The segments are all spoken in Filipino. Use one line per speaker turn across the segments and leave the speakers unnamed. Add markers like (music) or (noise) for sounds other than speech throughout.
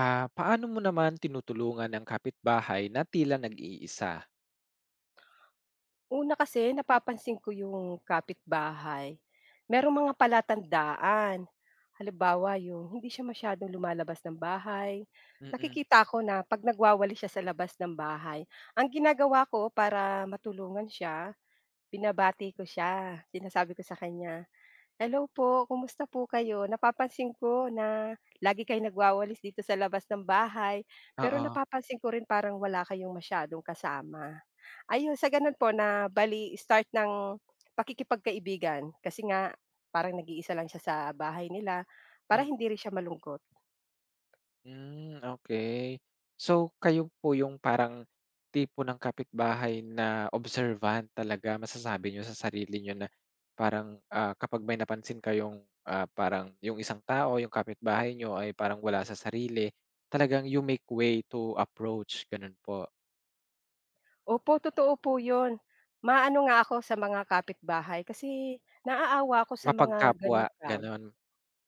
Ah, paano mo naman tinutulungan ang kapitbahay na tila nag-iisa?
Una kasi napapansin ko yung kapitbahay, merong mga palatandaan. Halimbawa yung hindi siya masyadong lumalabas ng bahay.
Mm.
Nakikita ko na 'pag nagwawali siya sa labas ng bahay, ang ginagawa ko para matulungan siya, binabati ko siya. Sinasabi ko sa kanya, "Hello po, kumusta po kayo? Napapansin ko na lagi kayong nagwawalis dito sa labas ng bahay, pero
Oo,
napapansin ko rin parang wala kayong masyadong kasama." Ayun, sa gano'n po na bali start ng pakikipagkaibigan kasi nga parang nag-iisa lang siya sa bahay nila para
mm.
hindi rin siya malungkot.
Hmm, okay. So, kayo po yung parang tipo ng kapitbahay na observant talaga, masasabi niyo sa sarili niyo na parang, kapag may napansin kayong, parang yung isang tao, yung kapitbahay niyo ay parang wala sa sarili, talagang you make way to approach, ganun po.
Opo, totoo po 'yun. Maano nga ako sa mga kapitbahay kasi naaawa ako sa mga
Mapagkapwa,
gano'ng tao.
ganun.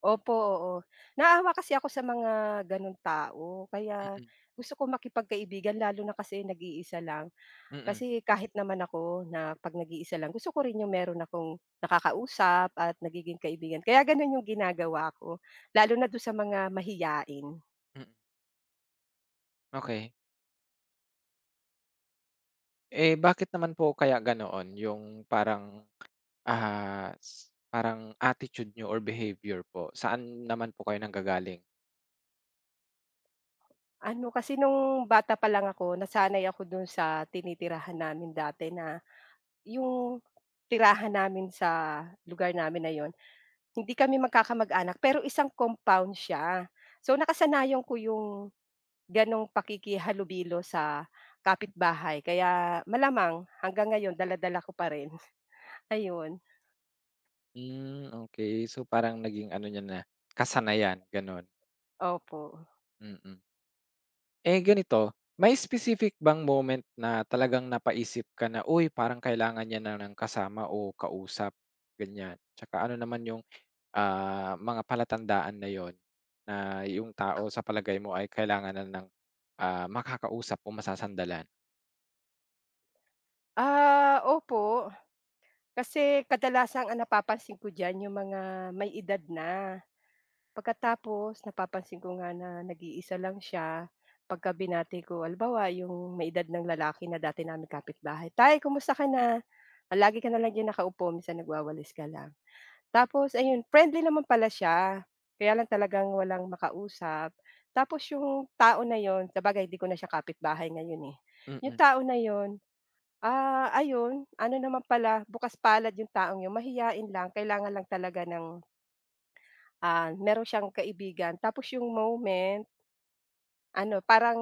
Opo, oo. Naawa kasi ako sa mga gano'ng tao kaya
Mm,
gusto ko makipagkaibigan lalo na kasi nag-iisa lang.
mm,
Kasi kahit naman ako na 'pag nag-iisa lang, gusto ko rin yung meron akong nakakausap at nagiging kaibigan. Kaya gano'n yung ginagawa ko, lalo na do'n sa mga mahiyain.
mm, okay. Eh, bakit naman po kaya ganoon yung parang, ah, s parang attitude nyo or behavior po? Saan naman po kayo nanggagaling?
Ano kasi nung bata pa lang ako, nasanay ako do'n sa tinitirahan namin dati na yung tirahan namin sa lugar namin na 'yon, hindi kami magkakamag-anak pero isang compound siya. So, nakasanayan ko yung gano'ng pakikihalubilo sa kapitbahay kaya malamang hanggang ngayon dala-dala ko pa rin, (laughs) ayun.
Hmm, okay. So, parang naging ano niyo na, kasanayan, gano'n.
Opo.
Mm. Eh, ganito, may specific bang moment na talagang napaisip ka na, "Uy, parang kailangan niya na ng kasama o kausap," ganyan? Tsaka ano naman yung mga palatandaan na yun na yung tao sa palagay mo ay kailangan na ng, makakausap o masasandalan.
Ah, opo, kasi kadalasang ang napapansin ko diyan yung mga may edad na. Pagkatapos napapansin ko nga na nag-iisa lang siya pagka binati ko. Halimbawa yung may edad ng lalaki na dati namin kapitbahay, "Tay, kumusta ka na? Ah, lagi ka na lang diyan nakaupo minsan nagwawalis ka lang." Tapos ayun, friendly naman pala siya, kaya lang talagang walang makausap. Tapos yung tao na yun, sabagay hindi ko na siya kapitbahay ngayon, eh. Yung
Mm,
tao na yun, ah, ayun, ano naman pala, bukas palad yung taong yun, mahiyain lang, kailangan lang talaga ng, ah, meron siyang kaibigan. Tapos yung moment, ano, parang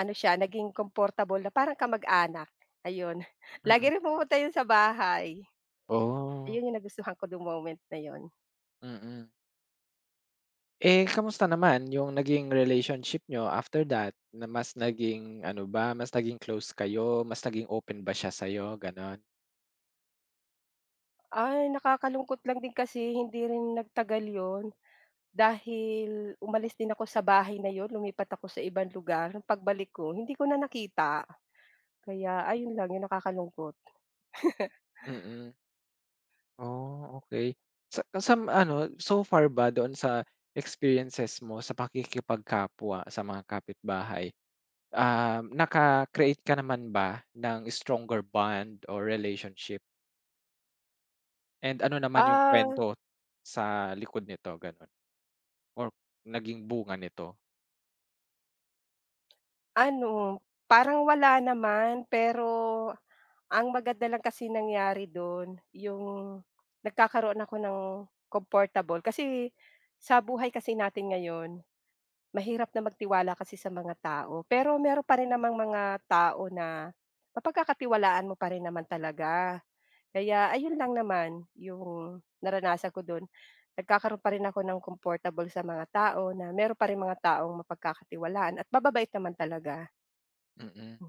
ano siya, naging komportable na parang kamag-anak, ayun. (laughs) Lagi
mm.
rin pumupunta yun sa bahay.
Oh,
Ayun yung nagustuhan ko yung moment na yun.
mm. Eh, kamusta naman yung naging relationship niyo after that na mas naging ano ba, mas naging close kayo, mas naging open ba siya sa'yo, gano'n?
Ay, nakakalungkot lang din kasi hindi rin nagtagal yon dahil umalis din ako sa bahay na yon lumipat ako sa ibang lugar. Nung pagbalik ko hindi ko na nakita, kaya ayun lang 'yung nakakalungkot.
Mm. Oh, okay. Sa ano, so far ba doon sa experiences mo sa pakikipagkapwa sa mga kapitbahay, naka-create ka naman ba ng stronger bond or relationship and ano naman yung
Ah,
kwento sa likod nito, gano'n or naging bunga nito?
ano, parang wala naman, pero ang maganda lang kasi nangyari do'n 'yung nagkakaroon ako ng comfortable kasi sa buhay kasi natin ngayon, mahirap na magtiwala kasi sa mga tao, pero meron pa rin namang mga tao na mapagkakatiwalaan mo pa rin naman talaga. Kaya ayun lang naman yung naranasan ko dun. Nagkakaroon pa rin ako ng comfortable sa mga tao na meron pa rin mga taong mapagkakatiwalaan at mababait naman talaga.
Mm.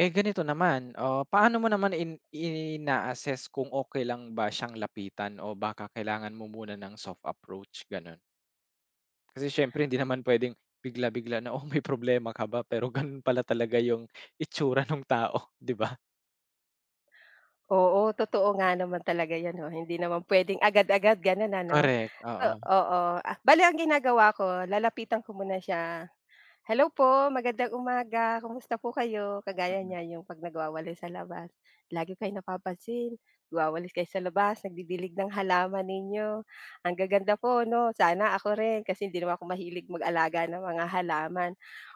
Eh, ganito naman, paano mo naman ina-assess kung okay lang ba siyang lapitan o baka kailangan mo muna ng soft approach, gano'n? Kasi siyempre hindi naman pwedeng bigla-bigla na, "Oh, may problema ka ba?" Pero gano'n pala talaga yung itsura ng tao, (laughs) 'di ba?
Oo, totoo nga naman talaga 'yan 'no, hindi naman puwedeng agad-agad gano'n ano.
Correct,
So
oo.
oo, ah, bale ang ginagawa ko lalapitan ko muna siya. Hello po, magandang umaga. Kumusta po kayo? Kagaya
Mm,
niya yung 'pag nagwawalis sa labas, lagi kayong napapansin, nagwawalis kayo sa labas, nagdidilig ng halaman ninyo. Ang gaganda po 'no, sana ako rin kasi hindi naman ako mahilig mag-alaga ng mga halaman.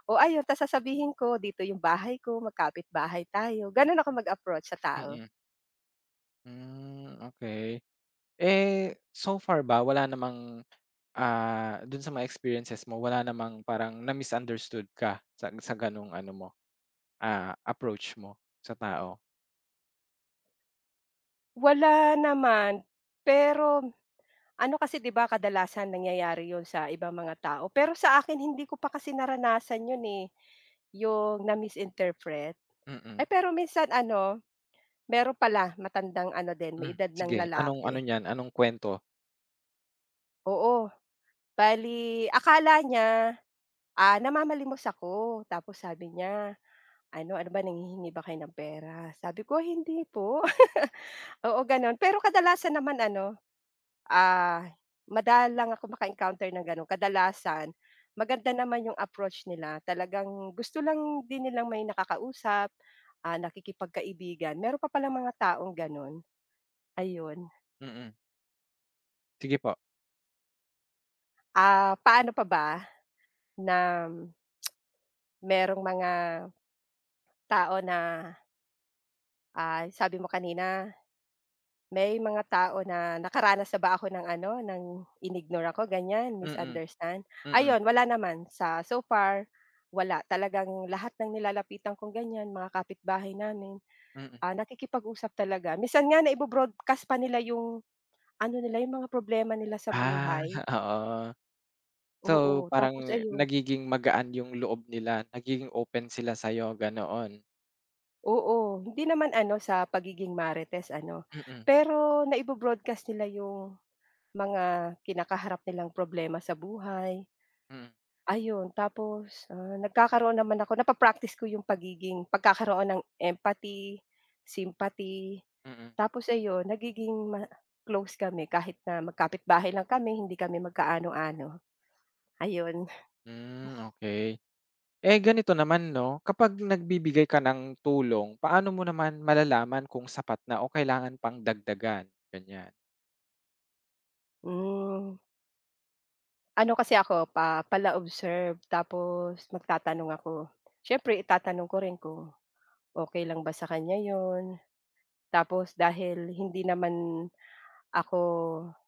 O ayun, ta's sasabihin ko, dito yung bahay ko, magkapit bahay tayo. Gano'n ako mag-approach sa tao?
mm. Hmm, okay. Eh, so far ba wala namang, dun sa mga experiences mo wala namang parang na-misunderstood ka sa ganong ano mo, approach mo sa tao?
Wala naman, pero ano kasi 'di ba kadalasan nangyayari 'yun sa ibang mga tao, pero sa akin hindi ko pa kasi naranasan 'yun, eh, 'yung na-misinterpret.
Mm-mm.
Ay, pero minsan ano, meron pala matandang ano din,
Mm,
may
hmm,
edad ng
sige anong
lalaki,
ano niyan, anong kuwento?
oo. Bale akala niya, ah, namamalimos ako tapos sabi niya, ano, "Ano ba nanghihingi ba kayo ng pera?" Sabi ko, "Hindi po." (laughs) Oo, gano'n. Pero kadalasan naman ano, ah, madalang ako maka-encounter ng gano'n. Kadalasan maganda naman yung approach nila, talagang gusto lang din nilang may nakakausap, ah, nakikipagkaibigan. Meron pa palang mga taong gano'n, ayun.
Mm, sige po.
Ah, paano pa ba na merong mga tao na, ah, sabi mo kanina may mga tao na nakaranas na ba ako ng ano, ng inimbnore ako ganyan,
Mm,
misunderstand?
mm,
Ayun, wala naman sa so far, wala. Talagang lahat ng nilalapitan kong ganyan, mga kapitbahay namin,
mm.
ah, nakikipag-usap talaga. Minsan nga naibo-broadcast pa nila yung ano nila, yung mga problema nila sa
Ah,
buhay.
(laughs) oo. So,
Oo,
parang
tapos ayun
nagiging magaan yung loob nila, nagiging open sila sa'yo ganoon?
oo, hindi naman ano sa pagiging marites ano,
Mm,
pero naibo nila yung mga kinakaharap nilang problema sa buhay.
mm,
Ayun, tapos, ah, nagkakaroon naman ako napa-practice ko yung pagiging pagkakaroon ng empathy, sympathy,
mm.
tapos ayun nagiging ma close kami kahit na magkapitbahay lang kami, hindi kami magkaano-ano, ayun.
Hmm, okay. Eh, ganito naman 'no, kapag nagbibigay ka ng tulong, paano mo naman malalaman kung sapat na o kailangan pang dagdagan, ganyan?
Hmm, ano kasi ako pa pala-observe tapos magtatanong ako. Siyempre itatanong ko rin kung okay lang ba sa kanya yon tapos dahil hindi naman ako,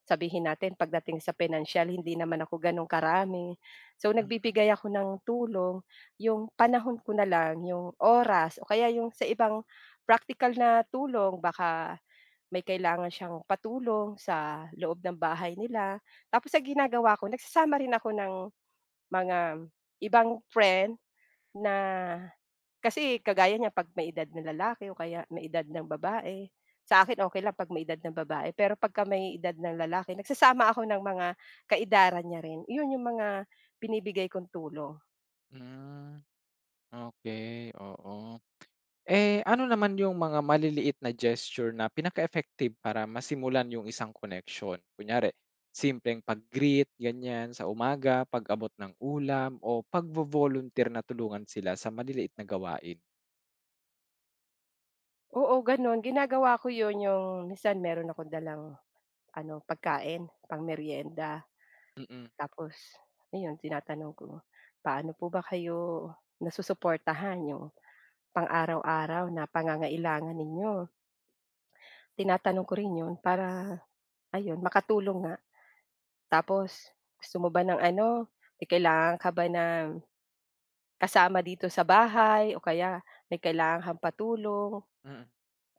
sabihin natin pagdating sa pinansiyal hindi naman ako gano'n karami. So, nagbibigay ako ng tulong, yung panahon ko na lang, yung oras o kaya yung sa ibang practical na tulong baka may kailangan siyang patulong sa loob ng bahay nila. Tapos sa ginagawa ko nagsasama rin ako ng mga ibang friend na kasi kagaya niya 'pag may edad ng lalaki o kaya may edad ng babae, sa akin okey lang 'pag may edad ng babae, pero pagka may edad ng lalaki nagsasama ako ng mga kaedaran niya rin, yun yung mga binibigay kong tulong.
Mm, okay. Oo. Eh, ano naman yung mga maliliit na gesture na pinaka-effective para masimulan yung isang connection. Kunyari, simpleng pag-greet, ganyan, sa umaga, pag-abot ng ulam, o pagvo-volunteer na tulungan sila sa maliliit na gawain?
Oo, gano'n ginagawa ko yun, yung minsan meron akong dalang ano, pagkain pangmeryenda
Mm,
tapos ayun tinatanong ko, "Paano po ba kayo nasusuportahan yung pang-araw-araw na pangangailangan ninyo?" Tinatanong ko rin yun para ayun makatulong nga. Tapos, gusto mo ba ng ano, may kailangan ka ba na kasama dito sa bahay o kaya may kailangan kang patulong,
mm,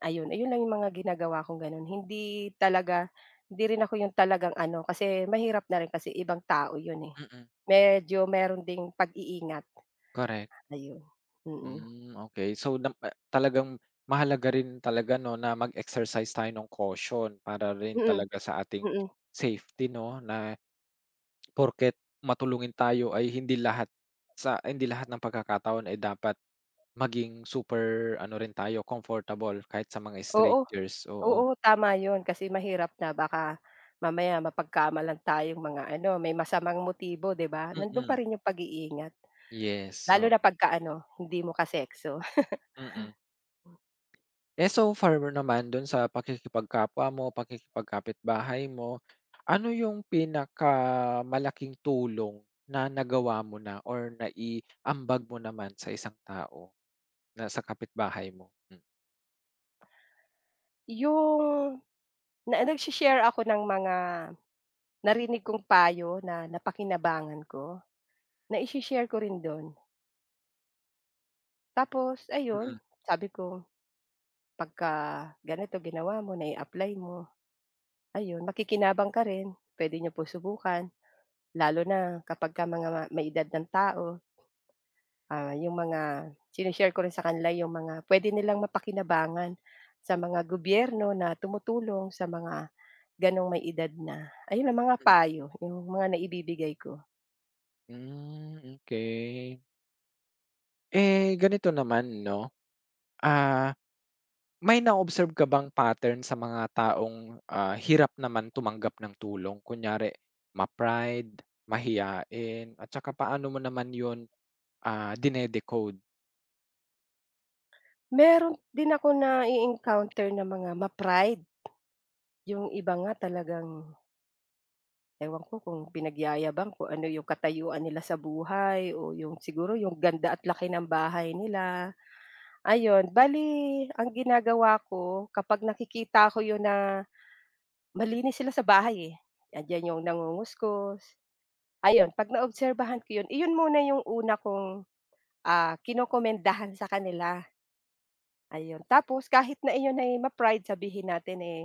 ayun. Ayun lang yung mga ginagawa kong gano'n. Hindi talaga, hindi rin ako yung talagang ano, kasi mahirap na rin kasi ibang tao yun, eh.
mm,
Medyo meron ding pag-iingat,
korek.
ayun. Mm.
Hmm, okay. So, talagang mahalaga rin talaga 'no, na mag-exercise tayo ng caution para rin
Mm,
talaga sa ating
mm.
safety 'no, na porket matulungin tayo ay hindi lahat ng pagkakataon ay dapat maging super ano rin tayo, comfortable kahit sa mga
Oo,
strangers, oo.
oo, tama yun kasi mahirap na baka mamaya mapagkamalan tayong mga ano, may masamang motibo, 'di ba? Nandun pa
Mm,
rin yung pag-iingat.
yes,
Lalo
oo,
na pagka-ano, hindi mo kasekso.
mm. Eh, so far naman dun sa pakikipagkapwa mo, pakikipagkapitbahay mo, ano yung pinakamalaking tulong na nagawa mo na or naiambag mo naman sa isang tao na sa kapitbahay mo? Hmm.
Yung na nagshi-share ako ng mga narinig kong payo na napakinabangan ko, naishi-share ko rin don. Tapos ayun,
Mm,
sabi ko, "Pagka ganito ginawa mo, nai-apply mo, ayun, makikinabang ka rin. Puwede niyo po subukan." Lalo na kapagka mga may edad ng tao, ah, yung mga shini-share ko rin sa kanila yung mga puwede nilang mapakinabangan sa mga gobyerno na tumutulong sa mga gano'ng may edad na. Ayun lang mga
mm.
payo, yung mga naibibigay ko.
Hmm, okey. Eh, ganito naman 'no, ah, may na-observe ka bang pattern sa mga taong, hirap naman tumanggap ng tulong? Kunyari ma-pride, mahiyain at saka paano mo naman yun dine-decode,
Meron din ako na-e-encounter na mga ma-pride, yung iba nga talagang ewan ko kung pinagyayabang kung ano yung katayuan nila sa buhay o yung siguro yung ganda at laki ng bahay nila, ayun. Bale ang ginagawa ko kapag nakikita ko yun na malinis sila sa bahay, eh, andiyan yung nangunguskos, ayun 'pag naobserbahan ko yun, iyon muna yung una kong, ah, kinokomendahan sa kanila. Ayun, tapos kahit na iyon ay ma-pride sabihin natin, eh,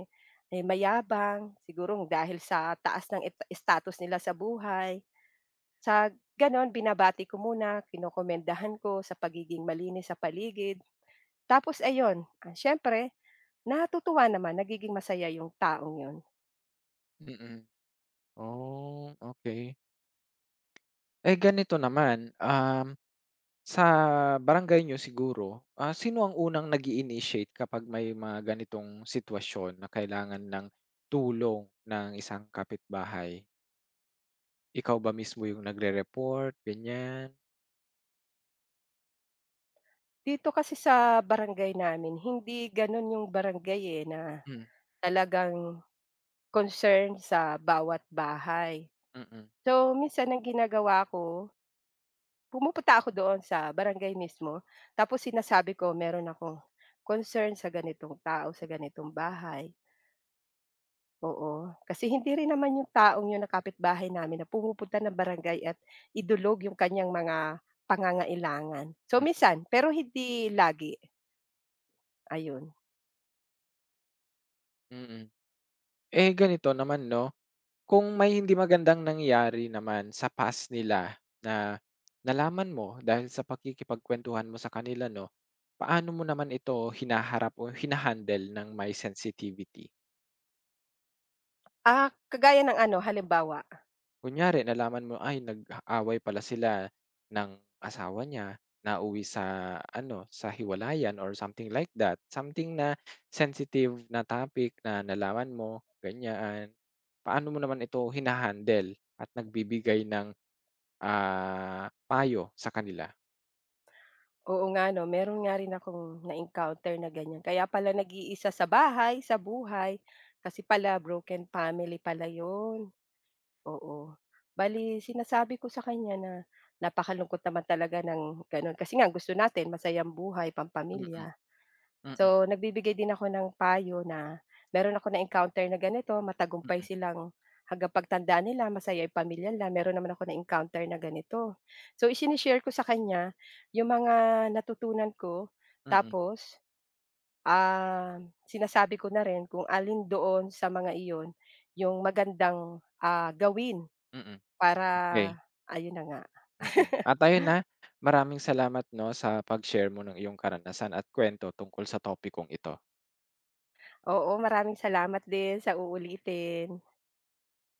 eh, mayabang siguro dahil sa taas ng eta status nila sa buhay. Sa gano'n binabati ko muna, kinokomendahan ko sa pagiging malinis sa paligid. Tapos ayun, ah, siyempre natutuwa naman, nagiging masaya yung taong yun.
mm. Oh, okey. Eh, ganito naman, sa barangay niyo siguro, sino ang unang nag-i-initiate kapag may mga ganitong sitwasyon na kailangan ng tulong ng isang kapitbahay? Ikaw ba mismo yung nagre-report, ganyan?
Dito kasi sa barangay namin hindi gano'n yung barangay, eh, na
Hmm,
talagang concern sa bawat bahay.
mm,
So minsan ang ginagawa ko pumupunta ako doon sa barangay mismo, tapos sinasabi ko meron akong concern sa ganitong tao, sa ganitong bahay, oo. Kasi hindi rin naman yung taong yun na kapitbahay namin na pumupunta ng barangay at idulog yung kanyang mga pangangailangan. So,
mm.
minsan, pero hindi lagi, ayun.
Mm. Eh, ganito naman 'no. Kung may hindi magandang nangyari naman sa past nila na nalaman mo dahil sa pakikipagkuwentuhan mo sa kanila 'no, paano mo naman ito hinaharap o hinahandle ng may sensitivity?
Ah, kagaya ng ano, halimbawa,
Kunyari nalaman mo, ay nag-away pala sila ng asawa niya, nauwi sa ano, sa hiwalayan or something like that, something na sensitive na topic na nalaman mo, ganyan. Paano mo naman ito hinahandle at nagbibigay ng payo sa kanila.
oo nga 'no, meron nga rin akong na-encounter na ganiyan, kaya pala nag-iisa sa bahay, sa buhay, kasi pala broken family yun. Oo. Bale sinasabi ko sa kanya na napakalungkot naman talaga ng gano'n, kasi nga gusto natin masayang buhay,
Mm, mm,
pampamilya.
mm,
So, nagbibigay din ako ng payo na meron ako na-encounter na ganito, matagumpay silang hanggang pagtanda nila masaya yung pamilya nila, meron naman ako na-encounter na ganito. So, isine-share ko sa kanya yung mga natutunan ko
mm,
tapos, ah, sinasabi ko na rin kung alin doon sa mga iyon yung magandang, ah, gawin.
mm,
Para
Okey.
ayun na nga.
mm. At ayun, maraming salamat 'no, sa pag-share mo ng iyong karanasan at kuwento tungkol sa topikong ito.
Oo, maraming salamat din sa uulitin.